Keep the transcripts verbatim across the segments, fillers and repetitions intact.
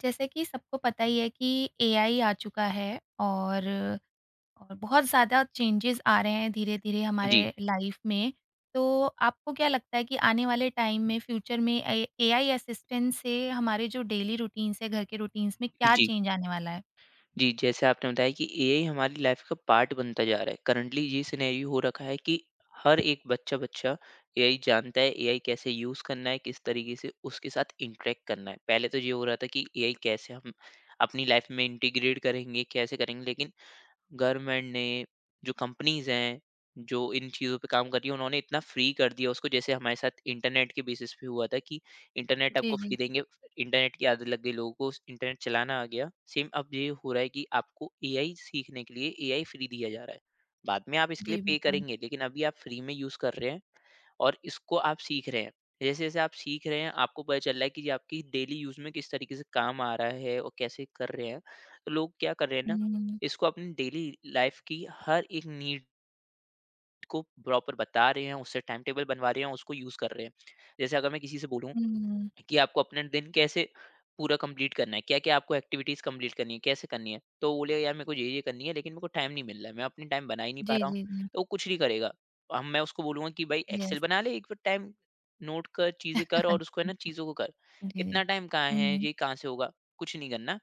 जैसे कि सबको पता ही है कि एआई आ चुका है और और बहुत ज़्यादा चेंजेस आ रहे हैं धीरे-धीरे हमारे जी, लाइफ में। तो आपको क्या लगता है कि आने वाले टाइम में फ्यूचर में ए एआई असिस्टेंट से हमारे जो डेली रूटीन्स है, घर के रूटीन्स में क्या जी, चेंज आने वाला है? जी, जैसे आपने बताया कि एआई हमारी लाइफ़ का पार्ट बनता जा रहा है। करंटली ये सिनेरियो हो रखा है कि हर एक बच्चा-बच्चा एआई जानता है, एआई कैसे यूज़ करना है, किस तरीके से उसके साथ इंटरैक्ट करना है। पहले तो ये हो रहा था कि एआई कैसे हम अपनी लाइफ़ में इंटीग्रेट करेंगे, कैसे करेंगे, लेकिन गवर्नमेंट ने, जो कंपनीज हैं, जो इन चीज़ों पे काम कर रही है, उन्होंने इतना फ्री कर दिया उसको जैसे हमारे साथ इंटरनेट के बेसिस पे हुआ था कि इंटरनेट आपको जी, फ्री जी। देंगे, इंटरनेट की आदत लग गई लोगों को, इंटरनेट चलाना आ गया। सेम अब ये हो रहा है कि आपको एआई सीखने के लिए एआई फ्री दिया जा रहा है। बाद में आप इसके लिए जी, पे बिल्कुल। करेंगे, लेकिन अभी आप फ्री में यूज़ कर रहे हैं। और इसको आप सीख रहे हैं। जैसे-जैसे आप सीख रहे हैं, आपको पता चल रहा है कि ये आपकी डेली यूज़ में किस तरीके से काम आ रहा है और कैसे कर रहे हैं। तो लोग क्या कर रहे हैं हुँ, ना, हुँ। इसको अपनी डेली लाइफ़ की हर एक नीड को प्रॉपर बता रहे हैं, उससे टाइम टेबल बनवा रहे हैं, उसको यूज़ कर रहे हैं। जैसे अगर मैं किसी से बोलूँ कि आपको अपना दिन कैसे पूरा कंप्लीट करना है, क्या-क्या आपको एक्टिविटीज़ कंप्लीट करनी है, कैसे करनी है? तो वो बोलेगा यार मेरे को ये-ये करनी है लेकिन मेरे को टाइम नहीं मिल रहा है, मैं अपनी टाइम बना ही नहीं पा जी, रहा हूँ। जी, जी। तो वो कुछ नहीं करेगा। अब मैं उसको बोलूँगा कि भाई एक्सेल यस। बना ले एक बार टाइम नोट कर, चीज़ें कर और उसको है ना चीज़ों को कर। जी, जी। इतना टाइम कहाँ है, हुँ, ये कहाँ से होगा? कुछ नहीं करना।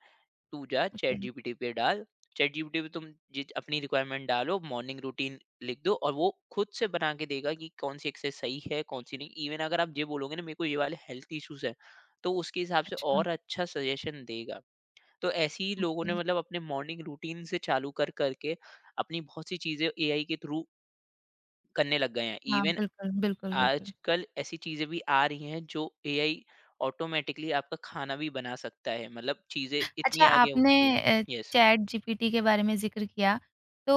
तू जा ओके। चैट जीपीटी पे डाल। चैट जीपीटी पे तुम जित अपनी रिक्वायरमेंट डालो मॉर्निंग रूटीन लिख दो और वो खुद से बना के देगा कि कौन सी एक्सरसाइज सही है कौन सी नहीं। इवन अगर आप ये बोलोगे ना मेरे को ये वाले हेल्थ इश्यूज है तो उसके हिसाब से अच्छा, और अच्छा सजेशन देगा। तो ऐसे ही लोगों ओके। ने मतलब अपने मॉर्निंग रूटीन से चालू कर करके अपनी बहुत सी चीजें एआई के थ्रू करने लग गए हैं। हाँ, इवन बिल्कुल, बिल्कुल, बिल्कुल। आजकल ऐसी चीजें भी आ रही हैं जो एआई ऑटोमेटिकली आपका खाना भी बना सकता है, मतलब चीजें अच्छा इतनी आगे हो आपने चुकी हैं। अ, यस। चैट जीपीटी के बारे में ज़िक्र किया, तो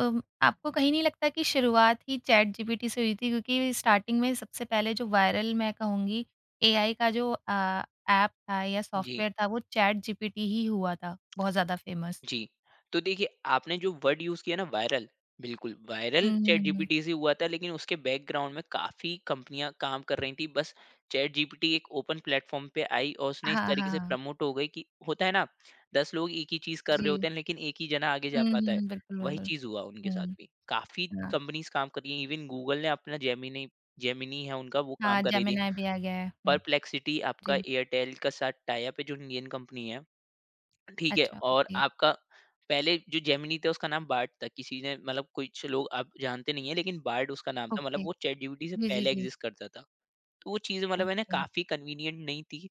अम, आपको कहीं नहीं लगता कि शुरुआत ही चैट जीपीटी से हुई थी? क्योंकि स्टार्टिंग में सबसे पहले जो वायरल मैं कहूँगी एआई का जो अ, ऐप था या जी, सॉफ्टवेयर था वो चैट जीपीटी ही हुआ था, बहुत ज़्यादा फेमस। जी। तो देखिए, आपने जो वर्ड यूज़ किया ना वायरल, बिल्कुल वायरल हुँ, हुँ, हुँ। चैटजीपीटी से हुआ था लेकिन उसके बैकग्राउंड में काफ़ी कंपनियाँ काम कर रही थी। बस चैटजीपीटी एक ओपन प्लेटफ़ॉर्म पे आई और उसने हाँ, इस हाँ। तरीके से हाँ, प्रमोट हो गई कि होता है ना, दस लोग एक ही चीज़ कर जी। रहे होते हैं लेकिन एक ही जना आगे जा हुँ, पाता हुँ, है। हुँ। बिल्कुल, वही बिल्कुल। चीज़ हुआ उनके साथ हुँ, भी। काफ़ी हाँ। कंपनीज़ काम कर रही हैं, इवन गूगल ने अपना जेमिनी, जेमिनी है उनका, वो काम हाँ, कर रही थी। जेमिनी भी आ गया है। हुँ, परप्लेक्सिटी आपका जी। एयरटेल का साथ टाई अप है जो इंडियन कंपनी है। ठीक है। अच्छा और ओके, आपका पहले जो जेमिनी था उसका नाम बार्ट था। किसी ने मतलब कुछ लोग आप जानते नहीं है लेकिन बार्ट उसका नाम था, मतलब ओके। वो चैट जीपीटी से जी, जी, पहले जी। एग्जिस्ट करता था। तो वो चीज़ मतलब है ना ओके। काफ़ी कन्वीनियंट नहीं थी,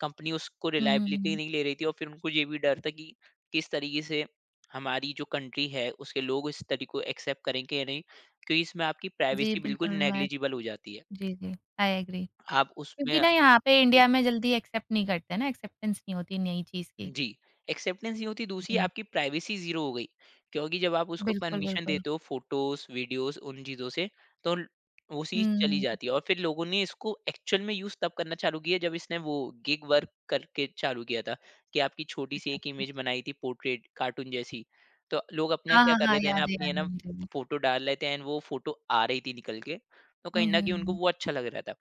कंपनी उसको हुँ, हुँ, रिलायबिलिटी हुँ। नहीं ले रही थी और फिर उनको ये भी डर था कि किस तरीके से हमारी जो कंट्री है उसके लोग इस तरीके को एक्सेप्ट करेंगे या नहीं, क्योंकि इसमें आपकी जी, प्राइवेसी बिल्कुल बिल्कुल मैं नेग्लिजिबल हो जाती है। जी, जी। I agree. आप क्योंकि उसमें, ना यहाँ पे इंडिया में जल्दी एक्सेप्ट नहीं करते ना, एक्सेप्टेंस नहीं होती नई चीज़ की। जी, एक्सेप्टेंस नहीं होती, दूसरी जी, आपकी प्राइवेसी जीरो हो गई क्योंकि जब आप उसको बिल्कुल, परमिशन बिल्कुल। देते हो फोटोज वीडियोस उन चीजों से, तो ल- वो चीज चली हुँ, जाती है। और फिर लोगों ने इसको एक्चुअल में यूज तब करना चालू किया जब इसने वो गिग वर्क करके चालू किया था कि आपकी छोटी सी अच्छा, एक अच्छा। इमेज बनाई थी पोर्ट्रेट कार्टून जैसी। तो लोग अपने हाँ, क्या हाँ, कर हाँ, रहे थे ना याद है, अपनी है याद है ना मुझे भी। फोटो डाल लेते हैं and वो फोटो आ रही थी निकल के, तो कहीं हुँ, ना हुँ, कहीं उनको हुँ। वो अच्छा लग रहा था।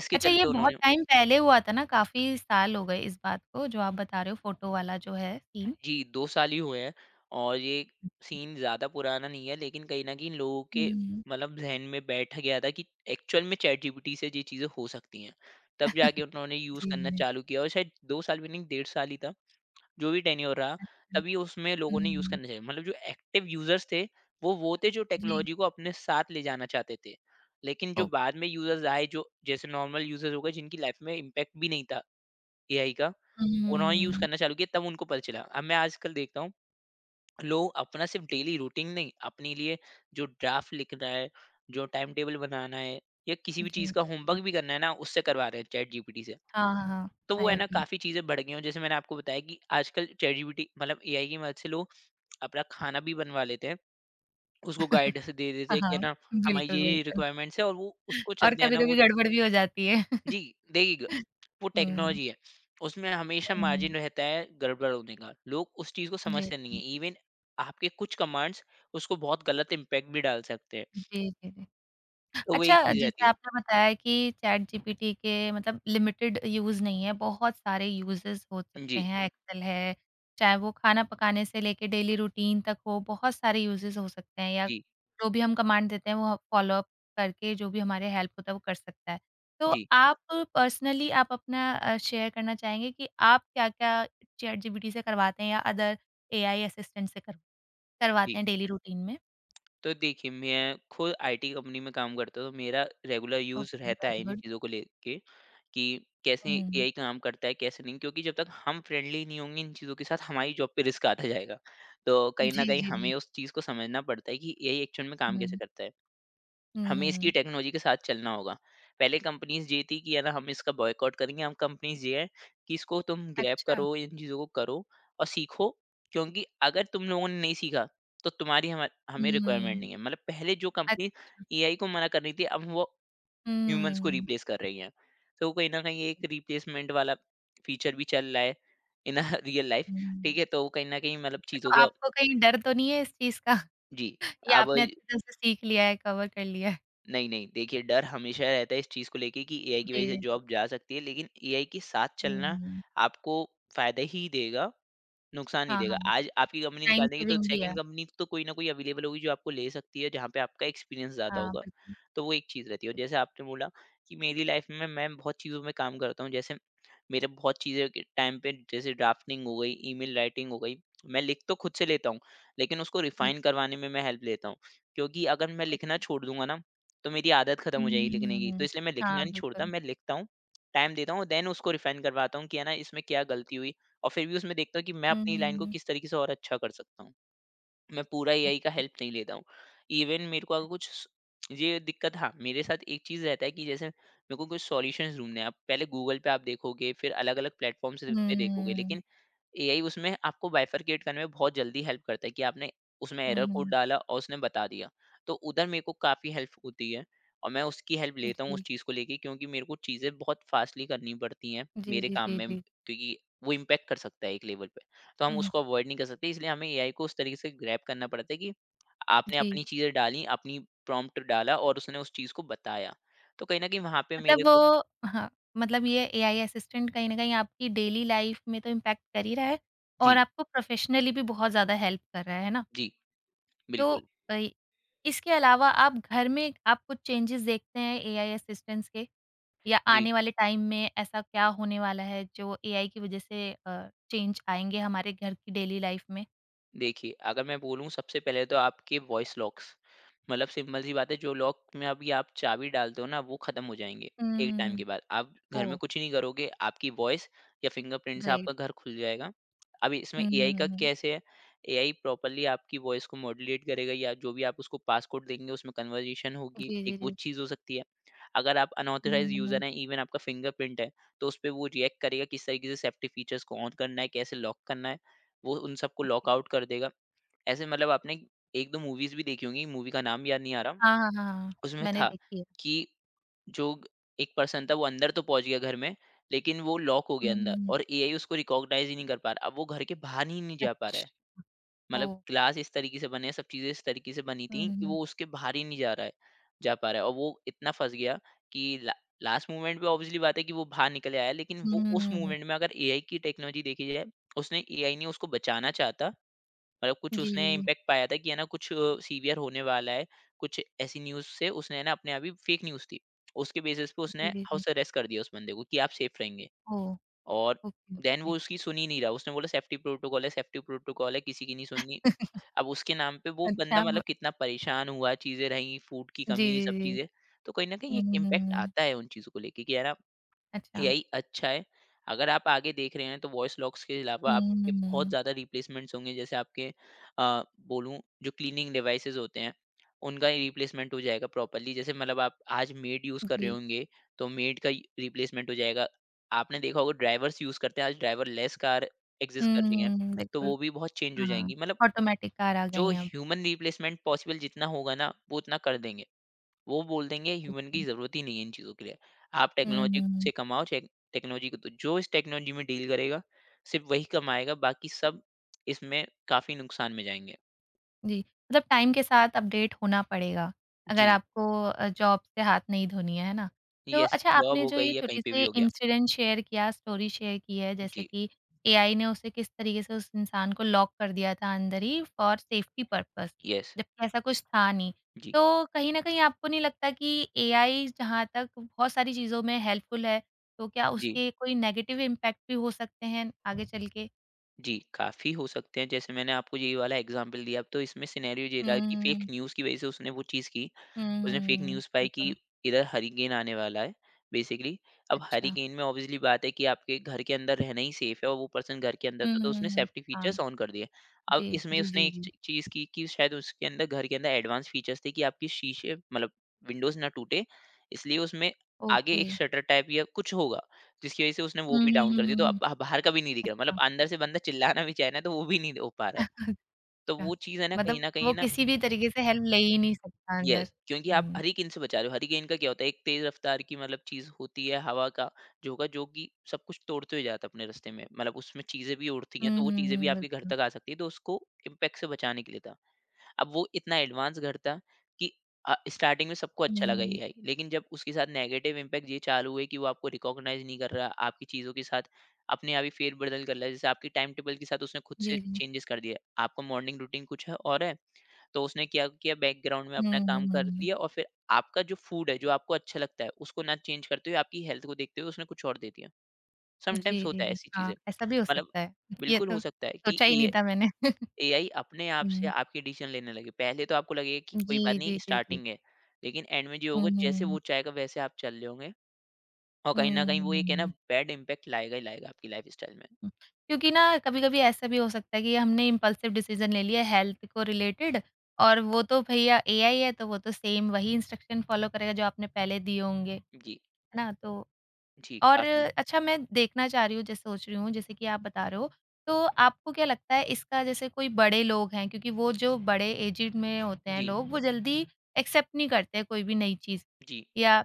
इसके अच्छा ये चलते उन्होंने, बहुत टाइम पहले हुआ था ना, काफ़ी साल हो गए इस बात को जो आप बता रहे हो फ़ोटो वाला जो है सीन। जी, दो साल ही हुए हैं और ये सीन ज़्यादा पुराना नहीं है, लेकिन कहीं न कहीं लोगों के हुँ। मतलब ज़हन में बैठ गया था कि एक्चुअल में चैटजीपीटी से ये चीज़ें हो सकती हैं। तब जाके उन्होंने यूज़ जी, करना जी। चालू किया और शायद दो साल भी नहीं, डेढ़ साल ही था, जो भी टेन्योर रहा, अच्छा। तभी उसमें लोगों ने यूज़ हुँ, करना चाहिए। मतलब जो एक्टिव यूज़र्स थे, वो वो थे जो जी, टेक्नोलॉजी को अपने साथ ले जाना चाहते थे। लेकिन ओ जो बाद में यूज़र्स आए, जो जैसे नॉर्मल यूज़र्स हो गए, जिनकी लाइफ़ में इम्पैक्ट भी नहीं था एआई का, उन्होंने यूज़ हुँ, करना चालू किया, तब उनको पता चला। अब मैं आजकल देखता हूँ लोग अपना सिर्फ डेली रूटीन नहीं, अपने लिए जो ड्राफ्ट लिखना है, जो टाइम टेबल बनाना है, या किसी भी जी, चीज का बिल्कुल। होमवर्क भी करना है ना, उससे करवा रहे हैं, चैट जीपीटी से। हाँ, हाँ, हाँ, तो वो आई है ना एग्री। काफी चीजें बढ़ गई हैं। जैसे मैंने आपको बताया कि आजकल चैट जीपीटी मतलब एआई की मदद से लोग अपना खाना भी बनवा लेते हैं, उसको गाइडेंस दे देते हाँ, हैं कि है हाँ, ना हमारी बिल्कुल, ये बिल्कुल। रिक्वायरमेंट्स है और वो उसको और चलते हैं ना वो, कभी-कभी गड़बड़ भी हो जाती है। जी, देगी। वो हुँ, टेक्नोलॉजी है। उसमें हमेशा हुँ, मार्जिन रहता है गड़बड़ होने का। लोग उस चीज़ को जी, समझते नहीं जी। हैं। इवन आपके कुछ कमांड्स उसको बहुत गलत इम्पैक्ट भी डाल सकते हैं। जी, जी, जी। तो वो एक अच्छा चीज़ रहती जैसे है। आपने बताया कि चैट जीपीटी के मतलब लिमिटेड यूज़ नहीं है, बहुत सारे यूज़ेज़ हो सकते जी, हैं, एक्सेल है, चाहे वो खाना पकाने से लेके डेली रूटीन तक हो, बहुत सारे यूज़ेज़ हो सकते हैं या जी, जो भी हम कमांड देते हैं वो फॉलो अप करके जो भी हमारे हेल्प होता है वो कर सकता है। तो जी, आप पर्सनली आप अपना अ, शेयर करना चाहेंगे कि आप क्या-क्या चैट जीपीटी से करवाते हैं या अदर एआई असिस्टेंट से कर करवाते जी। हैं डेली रूटीन में? तो देखिए मैं खुद आईटी कंपनी में काम करता हूँ, तो मेरा रेगुलर यूज़ ओके, रहता है वेरी इन गुड। चीज़ों को लेके कि कैसे हुँ। एआई काम करता है, कैसे नहीं, क्योंकि जब तक हम फ्रेंडली नहीं होंगे इन चीज़ों के साथ हमारी जॉब पे रिस्क आता जाएगा। तो कहीं जी, न कहीं जी, जी। हमें उस चीज़ को समझना पड़ता है कि एआई एक्चुअल में काम कैसे हुँ, करता है। हुँ, हमें इसकी हुँ। टेक्नोलॉजी के साथ चलना होगा। पहले कंपनीज़ ये थी कि है ना हम इसका बॉयकॉट करेंगे, हम, कंपनीज़ ये है कि इसको तुम ग्रैब अच्छा। करो, इन चीज़ों को करो और सीखो, क्योंकि अगर तुम लोगों ने नहीं सीखा तो तुम्हारी, हमा हमें रिक्वायरमेंट हुँ, नहीं है। मतलब पहले जो कंपनी अच्छा। एआई को मना कर रही थी अब वो ह्यूमन्स हुँ, को हुँ। रिप्लेस कर रही हैं। तो कहीं न कहीं एक रिप्लेसमेंट वाला फीचर भी चल रहा है इन अ रियल लाइफ ठीक है? तो कहीं न कहीं मतलब अच्छा, चीज़ों तो को, आपको कहीं डर तो नहीं है इस चीज़ का? जी, या अब आपने अच्छी तरह से सीख लिया है, कवर कर लिया है? नहीं, नहीं। देखिए, डर हमेशा रहता है इस चीज़ को लेके कि एआई की जी, वज़ह से जी। जॉब जा सकती है, लेकिन एआई के साथ चलना हुँ। आपको फ़ायदा ही देगा, नुकसान नहीं हाँ, देगा। हाँ। आज आपकी कंपनी निकाल टाइम देगी तो सेविंग भी है। सेकंड कंपनी तो कोई ना कोई अवेलेबल होगी जो आपको ले सकती है, जहाँ पे आपका एक्सपीरियंस ज़्यादा हाँ, होगा। बिल्कुल। तो वो एक चीज़ रहती है। और जैसे आपने बोला कि मेरी लाइफ़ में मैं बहुत चीज़ों में काम करता हूँ। जैसे मेरे बहुत चीज़ें के टाइम पे, जैसे ड्राफ्टिंग हो गई, ईमेल राइटिंग हो गई। मैं लिख तो खुद से लेता हूँ, लेकिन उसको जी, रिफाइन करवाने में मैं हेल्प लेता हूँ। क्योंकि अगर मैं लिखना ओके। छोड़ दूँगा ना, तो मेरी आदत खत्म हो जाएगी लिखने की। तो हुँ। इसलिए मैं लिखना हाँ, नहीं छोड़ता, बिल्कुल। मैं लिखता हूँ, टाइम देता हूँ, देन उसको रिफाइन करवाता हूँ कि है ना इसमें क्या गलती हुई। और फिर भी उसमें देखता हूँ कि मैं हुँ, अपनी हुँ, लाइन को हुँ। किस तरीके से और अच्छा कर सकता हूँ। मैं पूरा एआई का हेल्प नहीं लेता हूँ। इवन मेरे को अगर कुछ स ये दिक्कत, हाँ, मेरे साथ एक चीज़ रहता है कि जैसे मेरे को कुछ सॉल्यूशंस ढूँढने हैं। आप पहले गूगल पे आप देखोगे, फिर अलग-अलग प्लेटफ़ॉर्म्स हुँ, पे देखोगे, हुँ, हुँ। लेकिन एआई उसमें आपको बाइफरकेट करने में बहुत जल्दी हेल्प करता है कि आपने उसमें हुँ, एरर कोड हुँ। डाला और उसने बता दिया। तो उधर मेरे को काफ़ी हेल्प होती है और मैं उसकी हेल्प लेता हूँ उस जी। चीज़ को लेके, क्योंकि मेरे को चीज़ें बहुत फ़ास्टली करनी पड़ती हैं जी, मेरे जी, काम जी, में, जी। क्योंकि वो इम्पैक्ट कर सकता है एक लेवल पे। तो हम हुँ, उसको अवॉइड नहीं कर सकते, इसलिए हमें एआई को उस तरीके से ग्रैब करना पड़ता है कि आपने जी। अपनी चीज़ें डाली, अपनी प्रॉम्प्ट डाला और उसने उस चीज़ को बताया। तो कहीं न कहीं वहाँ पे मेरे मतलब को, वो हाँ, मतलब ये एआई असिस्टेंट कहीं न कहीं आपकी डेली लाइफ़ में तो इम्पैक्ट कर ही रहा है और जी, आपको प्रोफ़ेशनली भी बहुत ज़्यादा हेल्प कर रहा है, है ना? जी, तो बिल्कुल। अ, इसके अलावा आप घर में आप कुछ चेंजेज़ देखते हैं एआई असिस्टेंट्स के? या जी। आने वाले टाइम में ऐसा क्या होने वाला है जो एआई की वज़ह से अ, चेंज आएँगे हमारे घर की डेली लाइफ़ में? देखिए, अगर मैं बोलूँ सबसे पहले तो आपके वॉइस लॉक्स, मतलब सिंपल सी बात है, जो लॉक में अभी आप चाबी डालते हो ना वो ख़त्म हो जाएँगे, एक टाइम हुँ। के बाद। आप घर में ओह! कुछ नहीं करोगे, आपकी वॉइस या फिंगरप्रिंट से आपका ग्रेट। घर खुल जाएगा। अब इसमें हुँ, हुँ, एआई का हुँ, हुँ। कैसे है, एआई प्रॉपर्ली आपकी वॉइस को मॉड्यूलेट करेगा या जो भी आप उसको पासकोड देंगे उसमें कन्वर्सेशन होगी, जी, एक जी, वो जी। चीज़ हो सकती है। अगर आप हुँ, अनऑथराइज़्ड हुँ, हुँ। यूज़र हैं, इवन आपका फिंगरप्रिंट है, तो उसपे वो रिएक्ट करेगा किस तरीके से सेफ्टी फीचर्स को ऑन करना है, कैसे लॉक करना है। वो उन सबको ओके। लॉकआउट कर देगा। ऐसे मतलब आपने एक दो मूवीज़ भी देखी होंगी, मूवी का नाम याद नहीं आ रहा। हाँ, हाँ, हाँ, हाँ। उसमें मैंने था देखी है। कि जो ग एक पर्सन था, वो अंदर तो पहुँच गया घर में, लेकिन वो लॉक हो हुँ, गया हुँ, अंदर हुँ। और एआई उसको रिकॉग्नाइज़ ही नहीं कर पा रहा। अब वो घर के बाहर ही नहीं जा पा रहा अच्छ है। मतलब ओह! ग्लास इस तरीके से बने हैं, सब चीज़ें इस तरीके से बनी हुँ, थी कि हुँ। वो उसके बाहर ही नहीं जा रहा है जा पा रहा है, और वो इतना फँस गया कि ला लास्ट मोमेंट में ऑब्वियसली बात है कि वो बाहर निकल आया, लेकिन वो उस हुँ। मोमेंट में अगर एआई की टेक्नोलॉजी देखी जाए, उसने एआई ने उसको बचाना चाहा था। मतलब कुछ जी, जी, उसने जी। इम्पैक्ट पाया था कि है ना कुछ अ, सीवियर होने वाला है। कुछ ऐसी न्यूज़ से उसने, है ना, अपने आप ही फेक न्यूज़ थी। उसके बेसिस पे उसने जी, जी, जी। हाउस अरेस्ट कर दिया उस बंदे को कि आप सेफ रहेंगे, ओह! और ओके, देन वो ओके। उसकी सुन ही नहीं रहा। उसने बोला सेफ्टी प्रोटोकॉल है, सेफ्टी प्रोटोकॉल है, किसी की नहीं सुननी। अब उसके नाम पे वो बंदा अच्छा म मतलब कितना परेशान हुआ, चीज़ें रहीं, फूड की जी, कमी, ये सब जी, जी। चीज़ें। तो कहीं न कहीं हुँ, एक हुँ, हुँ, इम्पैक्ट हुँ। आता है उन चीज़ों को लेके कि, है ना, अच्छा। यही अच्छा है। अगर आप आगे देख रहे हैं तो वॉइस लॉक्स के अलावा हुँ, हुँ, आपके हुँ, बहुत हुँ। ज़्यादा रिप्लेसमेंट्स होंगे, जैसे आपके अ, बोलूँ, जो क्लीनिंग डिवाइसेज़ होते हैं, उनका ही रिप्लेसमेंट हो जाएगा प्रॉपर्ली। जैसे मतलब आप आज मेड यूज़ कर रहे जी। होंगे, तो मेड का ही रिप्लेसमेंट हो जाएगा। आपने देखा होगा ड्राइवर्स यूज़ करते हैं, आज ड्राइवरलेस कार एक्सिस्ट कर हुँ, रही हैं, हुँ, हुँ, तो बिल्कुल। वो भी बहुत चेंज हो हाँ, जाएँगी। मतलब ऑटोमेटिक कार आ जो गई हैं अब। ह्यूमन रिप्लेसमेंट पॉसिबल जितना होगा ना, वो उतना कर देंगे। वो बोल देंगे ह्यूमन की ज़रूरत ही नहीं है इन चीज़ों के लिए। आप हुँ, टेक्नोलॉजी हुँ, से हुँ। कमाओ, चेक टेक्नोलॉजी को दो। जो इस टेक्नोलॉजी में डील करेगा, सिर्फ़ वही कमाएगा, बाकी सब इसमें काफ़ी नुकसान में जाएँगे। जी, मतलब टाइम के साथ अपडेट होना पड़ेगा, अगर जी, आपको अ, जॉब से हाथ नहीं धोनी है, है ना? तो येस, अच्छा जॉब आपने हो जो गई ये या कहीं छोटे पे भी से हो गया। इंसिडेंट शेयर किया, स्टोरी शेयर की है जैसे जी, कि एआई ने उसे किस तरीके से उस इंसान को लॉक कर दिया था अंदर ही फॉर सेफ्टी पर्पस, येस, जबकि ऐसा कुछ था नहीं। जी, तो कहीं न कहीं आपको नहीं लगता कि एआई जहाँ तक बहुत सारी चीज़ों में हेल्पफुल है, तो क्या जी। उसके कोई नेगेटिव इम्पैक्ट भी हो सकते हैं आगे चल के? जी, काफ़ी हो सकते हैं। जैसे मैंने आपको ये वाला एग्ज़ाम्पल दिया, अब तो इसमें सिनेरियो ये हुँ, रहा कि हुँ, फ़ेक हुँ। न्यूज़ की वज़ह से उसने वो चीज़ की। हुँ, उसने फ़ेक हुँ, हुँ, न्यूज़ पाई कि बिल्कुल। इधर हरिकेन आने वाला है, बेसिकली। अब अच्छा। हरिकेन में ऑब्वियसली बात है कि आपके घर के अंदर रहना ही सेफ़ है, और वो पर्सन घर के अंदर हुँ, था, तो उसने हुँ, हुँ। सेफ्टी हाँ, फ़ीचर्स ऑन कर दिए। अब जी, इसमें जी, उसने जी, एक जी। ची चीज़ की कि शायद उसके अंदर, घर के अंदर, एडवांस फ़ीचर्स थे कि आपके शीशे मतलब विंडोज़ ना टूटे, इसलिए उसमें आगे ओके। एक शटर टाइप या कुछ होगा। जिसकी वज़ह से उसने वो हुँ, भी हुँ, डाउन हुँ, कर दी, हुँ, तो अब हुँ। अब बाहर का भी नहीं दिख रहा, मतलब अच्छा, अंदर से बंदा चिल्लाना भी चाहे ना, तो वो भी नहीं हो पा रहा है। तो अच्छा। वो चीज़ है ना, कहीं मतलब न वो कहीं ना, किसी भी तरीके से हेल्प ले ही नहीं सकता अंदर। येस, क्योंकि आप हुँ। हरिकेन से बचा रहे हो। हरिकेन का क्या होता है, एक तेज़ रफ़्तार की मतलब चीज़ होती है, हवा का झोंका, जो कि सब कुछ तोड़ते हुए जाता है अपने रास्ते में। मतलब उसमें चीज़ें भी उड़ती हैं, हुँ, तो वो हुँ, चीज़ें भी हुँ, आपके घर बिल्कुल। तक आ सकती हैं, तो उसको इम्पैक्ट से बचाने के लिए था। अब वो इतना एडवांस घर था कि अ, स्टार्टिंग में सबको अच्छा हुँ, लगा हुँ। एआई, लेकिन जब उसके साथ नेगेटिव इम्पैक्ट ये चालू हुए कि वो आपको रिकॉग्नाइज नहीं कर रहा, आपकी चीज़ों के साथ अपने आप ही फेरबदल कर रहा है। जैसे आपकी टाइम टेबल के साथ उसने खुद से जी, जी। चेंजेस कर दिया, आपका मॉर्निंग रूटीन कुछ है और है, तो उसने क्या किया, बैकग्राउंड में अपना हुँ, हुँ, काम हुँ, कर हुँ। दिया। और फिर आपका जो फूड है, जो आपको अच्छा लगता है, उसको ना चेंज करते हुए आपकी हेल्थ को देखते हुए उसने कुछ और दे दिया। समटाइम्स जी, जी, होता है जी। ऐसी चीज़ें। हाँ, ऐसा भी हो मतलब सकता है। ये बिल्कुल तो हो सकता है कि सोचा ही नहीं था मैंने। एआई अपने आप से हुँ। आपके डिसीजन लेने लगे। पहले तो आपको लगेगा कि कोई बात जी, नहीं, जी, जी, जी। स्टार्टिंग है, लेकिन एंड में जो हुँ, होगा, हुँ, जैसे वो हुँ। चाहेगा वैसे आप चल रहे होंगे, और कहीं न हुँ, कहीं वो हुँ, एक, है ना, हुँ। बैड इम्पैक्ट लाएगा ही लाएगा आपकी लाइफ़स्टाइल में। हुँ, क्योंकि ना कभी-कभी ऐसा भी हो सकता है कि हमने इम्पल्सिव डिसीज़न ले लिया हेल्थ को रिलेटेड और वो तो भैया एआई है तो वो तो सेम वही इंस्ट्रक्शन फ़ॉलो करेगा जो आपने पहले दिए होंगे, है जी, ना? तो जी और काफ़ी। अच्छा मैं देखना चाह रही हूँ जैसे सोच रही हूँ जैसे कि आप बता रहे हो, तो आपको क्या लगता है इसका जैसे कोई बड़े लोग हैं क्योंकि वो जो बड़े एजिड में होते हैं जी, लोग वो जल्दी एक्सेप्ट नहीं करते हैं कोई भी नई चीज़ जी। या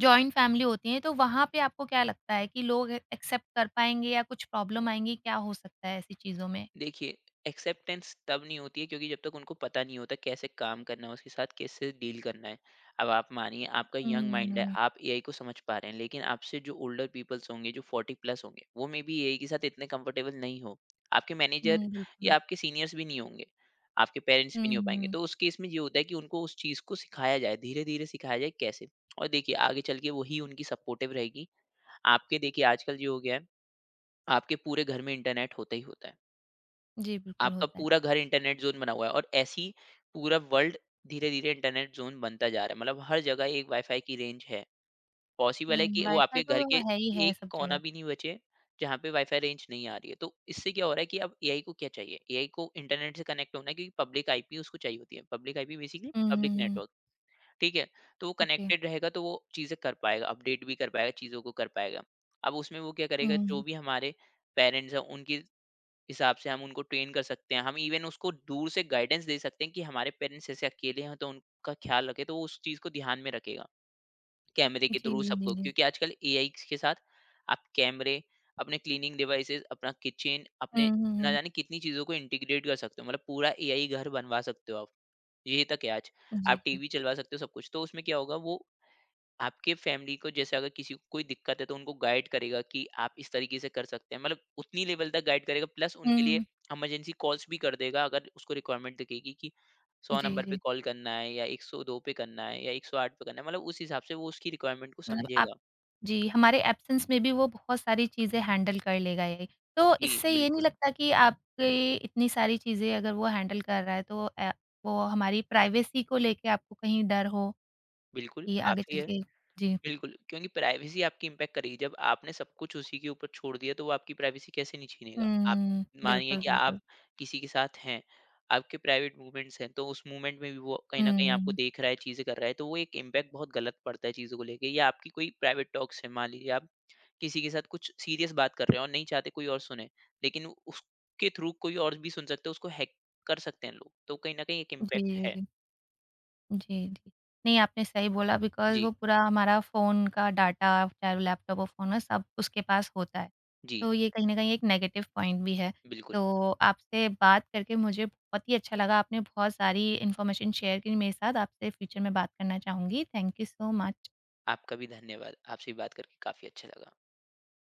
जॉइंट फैमिली होती है तो वहाँ पे आपको क्या लगता है कि लोग एक्सेप्ट कर पाएँगे या कुछ प्रॉब्लम आएँगी? क्या हो सकता है ऐसी चीज़ों में? देखिए, एक्सेप्टेंस तब नहीं होती है, क्योंकि जब तक उनको पता नहीं होता कैसे काम करना है, उसके साथ कैसे डील करना है। अब आप मानिए, आपका यंग माइंड है, हुँ, आप एआई को समझ पा रहे हैं, लेकिन आपसे जो ओल्डर पीपल्स होंगे, जो फोर्टी प्लस होंगे, वो मे बी एआई के साथ इतने कंफर्टेबल नहीं हो। आपके मैनेजर हुँ, या बिल्कुल। आपके सीनियर्स भी नहीं होंगे, आपके पेरेंट्स हुँ, भी नहीं हो पाएंगे। हुँ। तो उस केस में ये होता है कि उनको उस चीज़ को सिखाया जाए, धीरे धीरे सिखाया जाए कैसे। और देखिए, आगे चल के वही उनकी सपोर्टिव रहेगी। आपके, देखिए, आजकल ये हो गया है, आपके पूरे घर में इंटरनेट होता ही होता है, जी, बिल्कुल आपका होता है। पूरा घर इंटरनेट ज़ोन बना हुआ है। और ऐसे ही पूरा वर्ल्ड धीरे-धीरे इंटरनेट ज़ोन बनता जा रहा है। मतलब हर जगह एक वाईफ़ाई की रेंज है। पॉसिबल है हुँ, कि वो वाईफ़ाई आपके घर तो के है ही है एक सब कोना जगह। भी नहीं बचे, जहाँ पे वाईफ़ाई रेंज नहीं आ रही है। तो इससे क्या हो रहा है कि अब एआई को क्या चाहिए? एआई को इंटरनेट से कनेक्ट होना है, क्योंकि पब्लिक आईपी उसको चाहिए होती है। पब्लिक आईपी बेसिकली हुँ, पब्लिक हुँ, हुँ। नेटवर्क, ठीक है? तो वो ओके। कनेक्टेड रहेगा, तो वो चीज़ें कर पाएगा, अपडेट भी कर पाएगा, चीज़ों को कर पाएगा। अब उसमें वो क्या करेगा, हुँ, जो हुँ। भी हमारे पेरेंट्स हैं, उनकी हिसाब से हम उनको ट्रेन कर सकते हैं। हम इवन उसको दूर से गाइडेंस दे सकते हैं कि हमारे पेरेंट्स ऐसे अकेले हैं, तो उनका ख़्याल रखें, तो वो उस चीज़ को ध्यान में रखेगा। कैमरे के जी, थ्रू जी, जी, सबको, जी। क्योंकि आजकल एआई के साथ आप कैमरे, अपने क्लीनिंग डिवाइसेज़, अपना किचन, हुँ, अपने हुँ, ना हुँ। जाने कितनी चीज़ों को इंटीग्रेट कर सकते हो। मतलब पूरा एआई घर बनवा सकते हो आप। ये तक है आज। जी, आप जी। टीवी चलवा सकते हो, सब कुछ। तो उसमें क्या होगा, वो आपके फैमिली को, जैसे अगर किसी को कोई दिक्कत है तो उनको गाइड करेगा कि आप इस तरीके से कर सकते हैं। मतलब उतनी लेवल तक गाइड करेगा, प्लस उनके हुँ, लिए हुँ। इमरजेंसी कॉल्स भी कर देगा, अगर उसको रिक्वायरमेंट दिखेगी कि सौ जी, नंबर पे जी। कॉल करना है, या एक सौ दो पे करना है, या एक सौ आठ पे करना है। मतलब उस हिसाब से वो उसकी रिक्वायरमेंट को मतलब आप समझेगा। जी, हमारे एब्सेंस में भी वो बहुत सारी चीज़ें हैंडल कर लेगा ये। तो जी इससे ये नहीं बिल्कुल। लगता कि आपकी इतनी सारी चीज़ें अगर वो हैंडल कर रहा है तो अ, वो हमारी प्राइवेसी को लेके आपको कहीं डर हो बिल्कुल कि आगे काफी चल है। के जी। बिल्कुल, क्योंकि प्राइवेसी आपकी इम्पैक्ट करेगी। जब आपने सब कुछ उसी के ऊपर छोड़ दिया, तो वो आपकी प्राइवेसी कैसे नहीं छीनेगा? आप हुँ, मानिए बिल्कुल, कि आप बिल्कुल। किसी के साथ हैं, आपके प्राइवेट मूवमेंट्स हैं, तो उस मूवमेंट में भी वो कहीं न कहीं आपको हुँ, देख रहा है, चीज़ें कर रहा है, तो वो एक इम्पैक्ट बहुत गलत पड़ता है चीज़ों को लेके। या आपकी कोई प्राइवेट टॉक्स है, मान लीजिए आप किसी के साथ कुछ सीरियस बात कर रहे हो और नहीं चाहते कोई और सुने, लेकिन उसके थ्रू कोई और भी सुन सकता है, उसको हैक कर सकते हैं लोग, तो कहीं न कहीं एक जी, इम्पैक्ट जी, है। जी। जी, जी। नहीं, आपने सही बोला बिकॉज़ जी, वो पूरा हमारा फ़ोन का डाटा चाहे वो लैपटॉप हो, फ़ोन हो, सब उसके पास होता है। जी, तो ये कहीं न कहीं एक नेगेटिव पॉइंट भी है। बिल्कुल। तो आपसे बात करके मुझे बहुत ही अच्छा लगा। आपने बहुत सारी इन्फॉर्मेशन शेयर की मेरे साथ। आपसे फ्यूचर में बात करना चाहूँगी। Thank you so much. आपका भी धन्यवाद, आपसे भी बात करके काफी अच्छा लगा।